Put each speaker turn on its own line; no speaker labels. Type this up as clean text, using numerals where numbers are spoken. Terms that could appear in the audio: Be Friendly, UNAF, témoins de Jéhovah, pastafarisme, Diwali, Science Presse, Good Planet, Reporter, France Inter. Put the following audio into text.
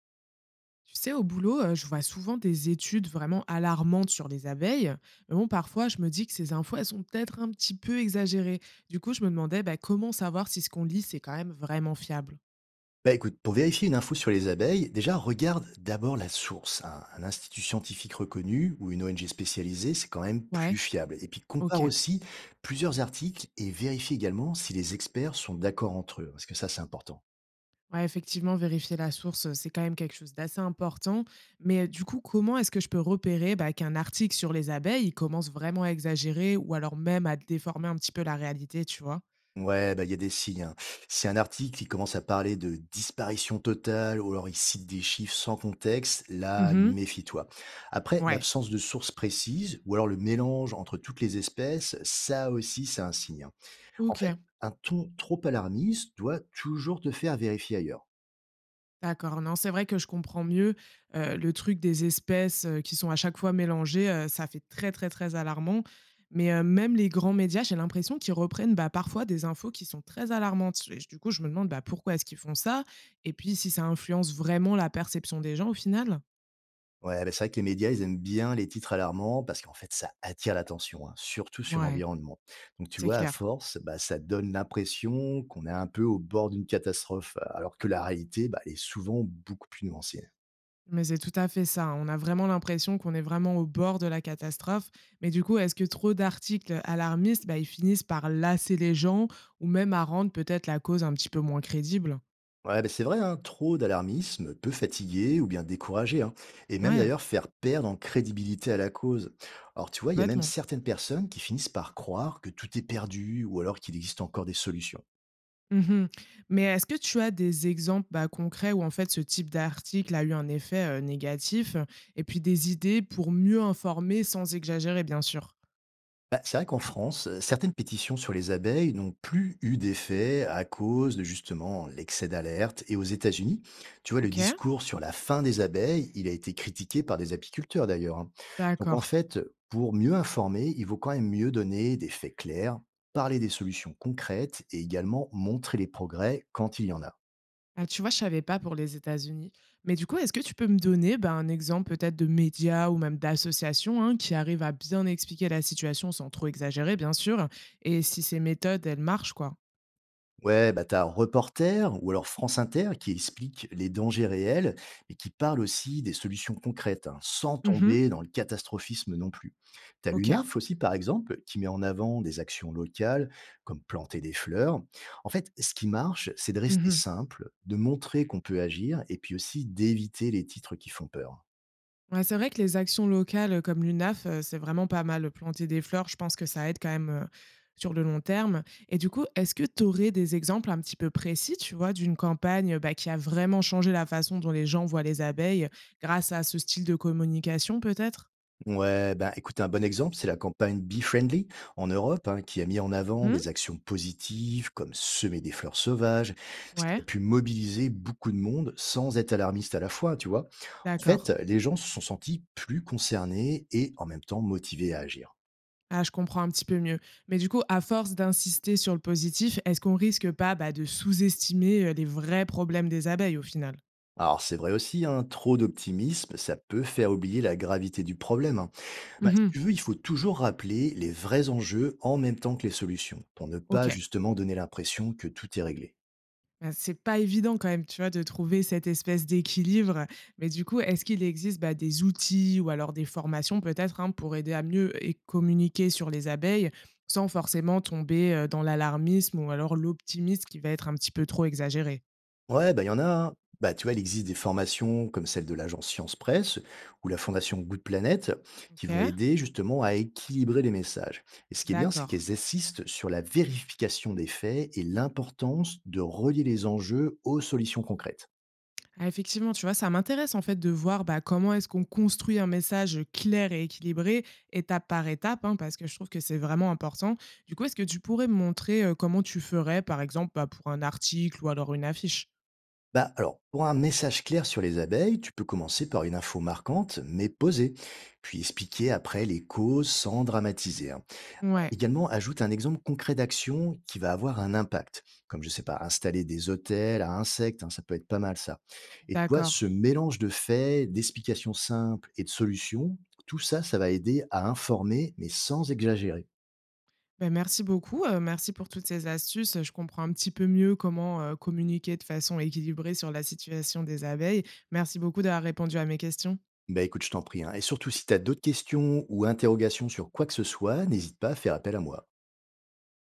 Tu sais, au boulot, je vois souvent des études vraiment alarmantes sur les abeilles. Mais bon, parfois, je me dis que ces infos, elles sont peut-être un petit peu exagérées. Du coup, je me demandais bah, comment savoir si ce qu'on lit, c'est quand même vraiment fiable.
Bah écoute, pour vérifier une info sur les abeilles, déjà regarde d'abord la source. Un institut scientifique reconnu ou une ONG spécialisée, c'est quand même plus
Ouais,
fiable. Et puis compare
ok.
aussi plusieurs articles et vérifie également si les experts sont d'accord entre eux, parce que ça c'est important.
Ouais, effectivement, vérifier la source, c'est quand même quelque chose d'assez important. Mais du coup, comment est-ce que je peux repérer bah, qu'un article sur les abeilles, il commence vraiment à exagérer ou alors même à déformer un petit peu la réalité, tu vois.
Ouais, bah il y a des signes, hein. Si un article qui commence à parler de disparition totale ou alors il cite des chiffres sans contexte, là
Mhm.
méfie-toi. Après,
Ouais.
l'absence de source précise ou alors le mélange entre toutes les espèces, ça aussi c'est un signe, hein. En
Ok.
fait, un ton trop alarmiste doit toujours te faire vérifier ailleurs.
D'accord, non, c'est vrai que je comprends mieux, le truc des espèces, qui sont à chaque fois mélangées, ça fait très, très, très alarmant. Mais, même les grands médias, j'ai l'impression qu'ils reprennent, bah, parfois des infos qui sont très alarmantes et du coup, je me demande, bah, pourquoi est-ce qu'ils font ça? Et puis si ça influence vraiment la perception des gens au final?
Ouais, bah, c'est vrai que les médias, ils aiment bien les titres alarmants parce qu'en fait, ça attire l'attention, hein, surtout sur
Ouais,
l'environnement. Donc, tu
c'est
vois, à
clair.
force, bah, ça donne l'impression qu'on est un peu au bord d'une catastrophe, alors que la réalité, bah, elle est souvent beaucoup plus nuancée.
Mais c'est tout à fait ça, hein. On a vraiment l'impression qu'on est vraiment au bord de la catastrophe. Mais du coup, est-ce que trop d'articles alarmistes, bah, ils finissent par lasser les gens ou même à rendre peut-être la cause un petit peu moins crédible?
Ouais, ben, c'est vrai, hein, trop d'alarmisme peut fatiguer ou bien décourager, hein, et même
Ouais,
d'ailleurs faire perdre en crédibilité à la cause. Alors tu vois, il y a même
complètement.
certaines personnes qui finissent par croire que tout est perdu ou alors qu'il existe encore des solutions.
Mhm. Mais est-ce que tu as des exemples bah, concrets où en fait ce type d'article a eu un effet négatif et puis des idées pour mieux informer sans exagérer, bien sûr?
Bah, c'est vrai qu'en France, certaines pétitions sur les abeilles n'ont plus eu d'effet à cause de justement l'excès d'alerte. Et aux États-Unis, tu vois, le
Ok,
discours sur la fin des abeilles, il a été critiqué par des apiculteurs d'ailleurs, hein. Donc en
d'accord.
fait, pour mieux informer, il vaut quand même mieux donner des faits clairs, parler des solutions concrètes et également montrer les progrès quand il y en a.
Ah, tu vois, je savais pas pour les États-Unis. Mais du coup, est-ce que tu peux me donner ben, un exemple peut-être de médias ou même d'associations hein, qui arrivent à bien expliquer la situation sans trop exagérer, bien sûr, et si ces méthodes, elles marchent, quoi?
Ouais, bah t'as Reporter ou alors France Inter qui explique les dangers réels mais qui parle aussi des solutions concrètes, hein, sans
Mhm.
tomber dans le catastrophisme non plus. T'as
Ok.
l'UNAF aussi, par exemple, qui met en avant des actions locales, comme planter des fleurs. En fait, ce qui marche, c'est de rester
Mhm.
simple, de montrer qu'on peut agir et puis aussi d'éviter les titres qui font peur.
Ouais, c'est vrai que les actions locales, comme l'UNAF, c'est vraiment pas mal. Planter des fleurs, je pense que ça aide quand même, sur le long terme et du coup, est-ce que tu aurais des exemples un petit peu précis, tu vois, d'une campagne, bah, qui a vraiment changé la façon dont les gens voient les abeilles grâce à ce style de communication peut-être?
Ouais, ben, écoute, un bon exemple, c'est la campagne Be Friendly en Europe, hein, qui a mis en avant
Mmh.
des actions positives comme semer des fleurs sauvages, ce qui
Ouais,
a pu mobiliser beaucoup de monde sans être alarmiste à la fois, tu vois. En fait,
d'accord.
les gens se sont sentis plus concernés et en même temps motivés à agir.
Ah, je comprends un petit peu mieux. Mais du coup, à force d'insister sur le positif, est-ce qu'on risque pas, bah, de sous-estimer, les vrais problèmes des abeilles au final?
Alors c'est vrai aussi, hein, trop d'optimisme, ça peut faire oublier la gravité du problème, hein. Ben, si
Mmh.
tu veux, il faut toujours rappeler les vrais enjeux en même temps que les solutions, pour ne pas
OK.
justement donner l'impression que tout est réglé.
Bah, c'est pas évident quand même, tu vois, de trouver cette espèce d'équilibre. Mais du coup, est-ce qu'il existe, bah, des outils ou alors des formations peut-être, hein, pour aider à mieux et communiquer sur les abeilles, sans forcément tomber, dans l'alarmisme ou alors l'optimisme qui va être un petit peu trop exagéré?
Ouais, bah, il y en a, hein. Bah, tu vois, il existe des formations comme celle de l'agence Science Presse ou la fondation Good Planet qui vont
OK,
aider justement à équilibrer les messages. Et ce qui est bien, c'est
d'accord.
qu'elles assistent sur la vérification des faits et l'importance de relier les enjeux aux solutions concrètes.
Ah, effectivement, tu vois, ça m'intéresse en fait de voir bah, comment est-ce qu'on construit un message clair et équilibré, étape par étape, hein, parce que je trouve que c'est vraiment important. Du coup, est-ce que tu pourrais me montrer comment tu ferais, par exemple, bah, pour un article ou alors une affiche.
Bah, alors, pour un message clair sur les abeilles, tu peux commencer par une info marquante, mais posée, puis expliquer après les causes sans dramatiser, hein.
Ouais,
Également, ajoute un exemple concret d'action qui va avoir un impact, comme je sais pas, installer des hôtels à insectes, hein, ça peut être pas mal ça. Et tu vois, ce
d'accord.
mélange de faits, d'explications simples et de solutions, tout ça, ça va aider à informer, mais sans exagérer.
Ben, merci beaucoup, merci pour toutes ces astuces. Je comprends un petit peu mieux comment communiquer de façon équilibrée sur la situation des abeilles. Merci beaucoup d'avoir répondu à mes questions.
Bah écoute, je t'en prie, hein. Et surtout, si tu as d'autres questions ou interrogations sur quoi que ce soit, n'hésite pas à faire appel à moi.